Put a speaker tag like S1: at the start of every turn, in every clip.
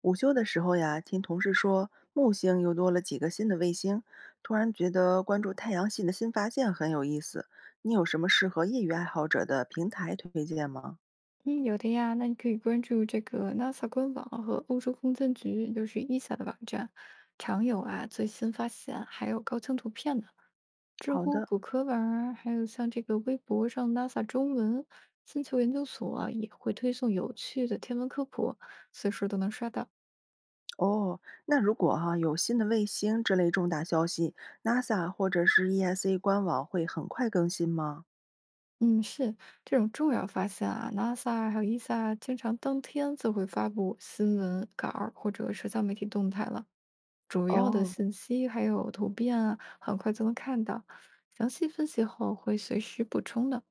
S1: 午休的时候呀，听同事说木星又多了几个新的卫星，突然觉得关注太阳系的新发现很有意思。你有什么适合业余爱好者的平台推荐吗？
S2: 嗯，有的呀，那你可以关注这个 NASA 官网和欧洲空间局，就是 ESA 的网站，常有啊最新发现，还有高清图片呢。知
S1: 好
S2: 乎、
S1: 的。
S2: 骨科网啊，还有像这个微博上 NASA 中文、星球研究所啊也会推送有趣的天文科普，随时都能刷到。
S1: 哦，那如果有新的卫星这类重大消息，NASA 或者是 ESA 官网会很快更新吗？
S2: 嗯，是这种重要发现啊，NASA 还有 ESA 经常当天就会发布新闻稿儿或者社交媒体动态了。主要的
S1: 哦，
S2: 信息还有图片啊，很快就能看到。详细分析后会随时补充的。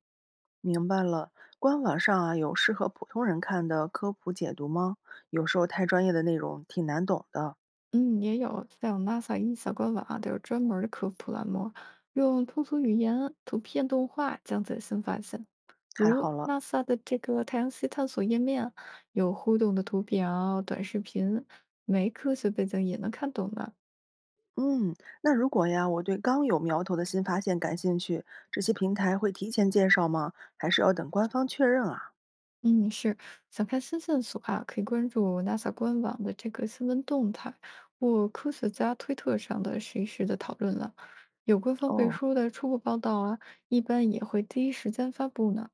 S1: 明白了。官网上啊有适合普通人看的科普解读吗？有时候太专业的内容挺难懂的。
S2: 嗯，也有像 NASA 一小官网啊，都有专门儿的科普栏目，用通俗语言、图片、动画讲解新发现。比
S1: 太
S2: 如
S1: 好了。
S2: NASA 的这个太阳系探索页面，有互动的图表、短视频，没科学背景也能看懂的。
S1: 嗯，那如果呀，我对刚有苗头的新发现感兴趣，这些平台会提前介绍吗？还是要等官方确认啊？
S2: 嗯，是想看新线索啊，可以关注 NASA 官网的这个新闻动态，或科学家推特上的实时的讨论了。有官方背
S1: 哦，
S2: 书的初步报道啊，一般也会第一时间发布呢。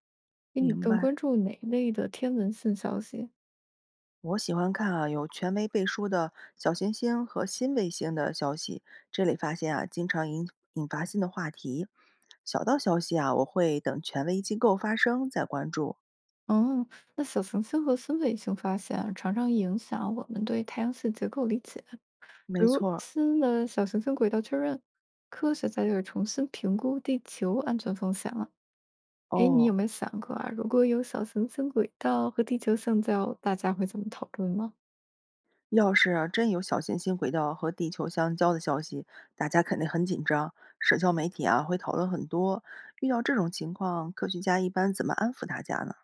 S2: 比你
S1: 明
S2: 更
S1: 白。
S2: 关注哪类的天文新消息？
S1: 我喜欢看啊，有权威背书的小行星和新卫星的消息，这里发现啊，经常引发新的话题。小道消息啊，我会等权威机构发声再关注。
S2: 嗯，那小行星和新卫星发现啊常常影响我们对太阳系结构理解，
S1: 没
S2: 比如
S1: 错儿。
S2: 新的小行星轨道确认，科学家就会重新评估地球安全风险了。哎，你有
S1: 哦，
S2: 没有想过啊，如果有小行星轨道和地球相交，大家会怎么讨论吗？
S1: 要是啊真有小行星轨道和地球相交的消息，大家肯定很紧张，社交媒体啊会讨论很多。遇到这种情况，科学家一般怎么安抚大家呢？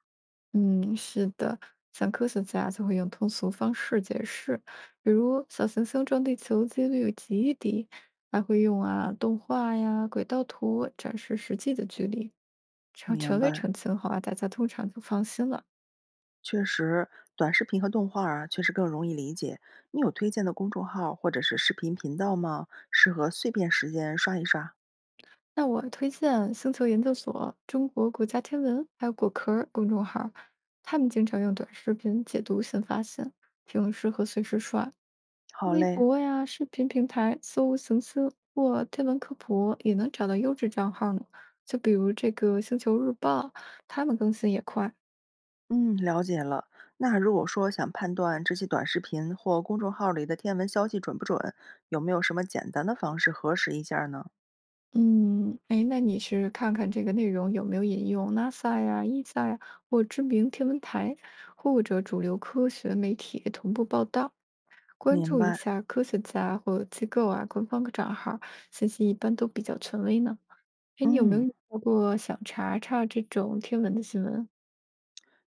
S2: 嗯，是的，像科学家就会用通俗方式解释，比如小行星撞地球几率极低，还会用啊动画呀、轨道图展示实际的距离。只要
S1: 明
S2: 权威
S1: 白，
S2: 澄清后啊，大家通常就放心了。
S1: 确实，短视频和动画啊确实更容易理解。你有推荐的公众号或者是视频频道吗？适合碎片时间刷一刷。
S2: 那我推荐星球研究所、中国国家天文还有果壳儿公众号儿他们经常用短视频解读新发现，挺适合随时刷。
S1: 好
S2: 微
S1: 嘞。
S2: 博呀、视频平台搜“行星”或“天文科普”，也能找到优质账号呢。就比如这个《星球日报》，他们更新也快。
S1: 嗯，了解了。那如果说想判断这些短视频或公众号里的天文消息准不准，有没有什么简单的方式核实一下呢？
S2: 嗯，哎，那你是看看这个内容有没有引用 NASA 呀、ESA 呀，或知名天文台，或者主流科学媒体同步报道。关
S1: 明
S2: 注一
S1: 白。
S2: 下科学家或机构啊，官方的账号信息一般都比较权威呢。哎，你有没有
S1: 嗯，
S2: 遇到过想查查这种天文的新闻？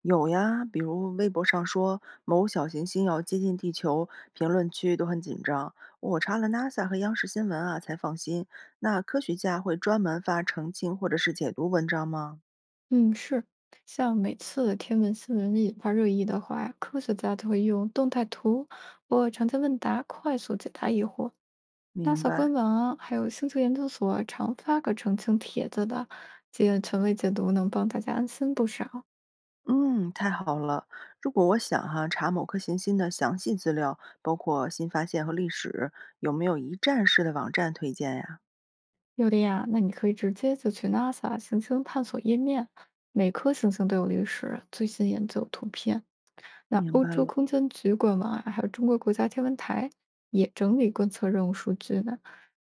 S1: 有呀，比如微博上说某小行星要接近地球，评论区都很紧张。我查了 NASA 和央视新闻啊，才放心。那科学家会专门发澄清或者是解读文章吗？
S2: 嗯，是，像每次天文新闻引发热议的话呀，科学家都会用动态图或常见问答快速解答疑惑。
S1: 明
S2: NASA
S1: 白。
S2: 官网啊，还有星球研究所常发个澄清帖子的，这样权威解读能帮大家安心不少。
S1: 嗯，太好了。如果我想查某颗行星的详细资料，包括新发现和历史，有没有一站式的网站推荐呀？
S2: 有的呀，那你可以直接就去 NASA 行星探索页面，每颗行星都有历史、最新研究图片。那
S1: 明
S2: 欧
S1: 白
S2: 洲
S1: 了。
S2: 空间局官网啊，还有中国国家天文台也整理观测任务数据呢。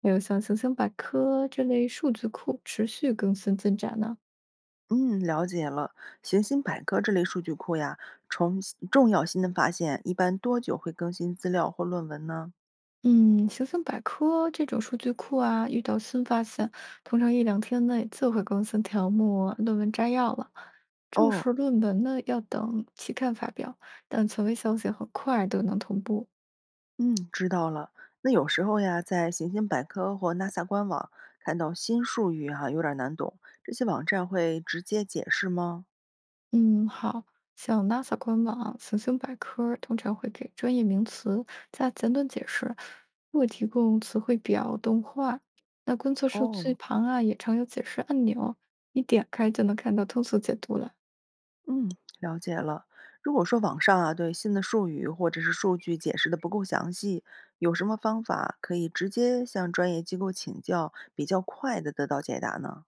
S2: 还有像行星百科这类数据库持续更新进展呢。
S1: 嗯，了解了。行星百科这类数据库呀，重重要新的发现一般多久会更新资料或论文呢？
S2: 嗯，行星百科这种数据库啊，遇到新发现，通常一两天内就会更新条目、论文摘要了。正
S1: 哦，
S2: 式论文呢，要等期刊发表，但权威消息很快都能同步。
S1: 嗯，知道了。那有时候呀，在行星百科或 NASA 官网看到新术语有点难懂，这些网站会直接解释吗？
S2: 嗯，好，像 NASA 官网、行星百科通常会给专业名词加简短解释，或提供词汇表、动画。那观测数
S1: 哦，
S2: 据旁啊，也常有解释按钮，一点开就能看到通俗解读了。
S1: 嗯，了解了。如果说网上啊对新的术语或者是数据解释的不够详细，有什么方法可以直接向专业机构请教，比较快的得到解答呢？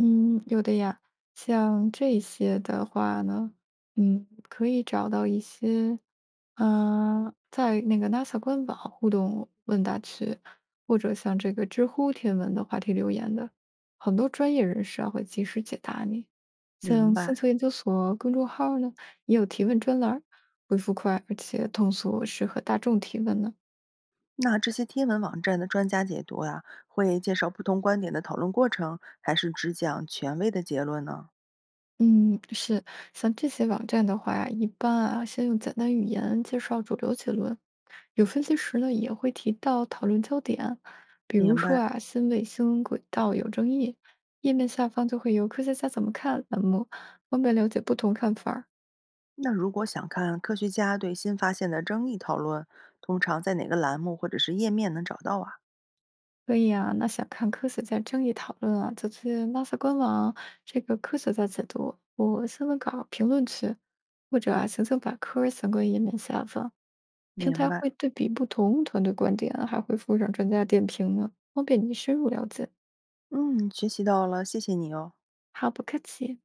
S2: 嗯，有的呀，像这些的话呢，可以找到一些，在那个 NASA 官网互动问答区，或者像这个知乎天文的话题留言的，很多专业人士啊会及时解答你。
S1: 明
S2: 像星
S1: 白。
S2: 球研究所公众号呢，也有提问专栏儿回复快，而且通俗，适合大众提问呢。
S1: 那这些天文网站的专家解读呀、会介绍不同观点的讨论过程，还是只讲权威的结论呢？
S2: 嗯，是，像这些网站的话，呀，一般啊，先用简单语言介绍主流结论，有分析时呢，也会提到讨论焦点，比如
S1: 明
S2: 说
S1: 白。
S2: 啊，新卫星轨道有争议，页面下方就会有科学家怎么看栏目，方便了解不同看法儿。
S1: 那如果想看科学家对新发现的争议讨论，通常在哪个栏目或者是页面能找到啊？
S2: 所以啊，那想看科学家争议讨论啊，就去 NASA 官网这个科学家解读或新闻稿评论区，或者啊，行星百科相关页面下方。平
S1: 明
S2: 台
S1: 白。
S2: 会对比不同团队观点啊，还会附上专家点评呢，方便你深入了解。
S1: 嗯，学习到了，谢谢你哦。
S2: 好，不客气。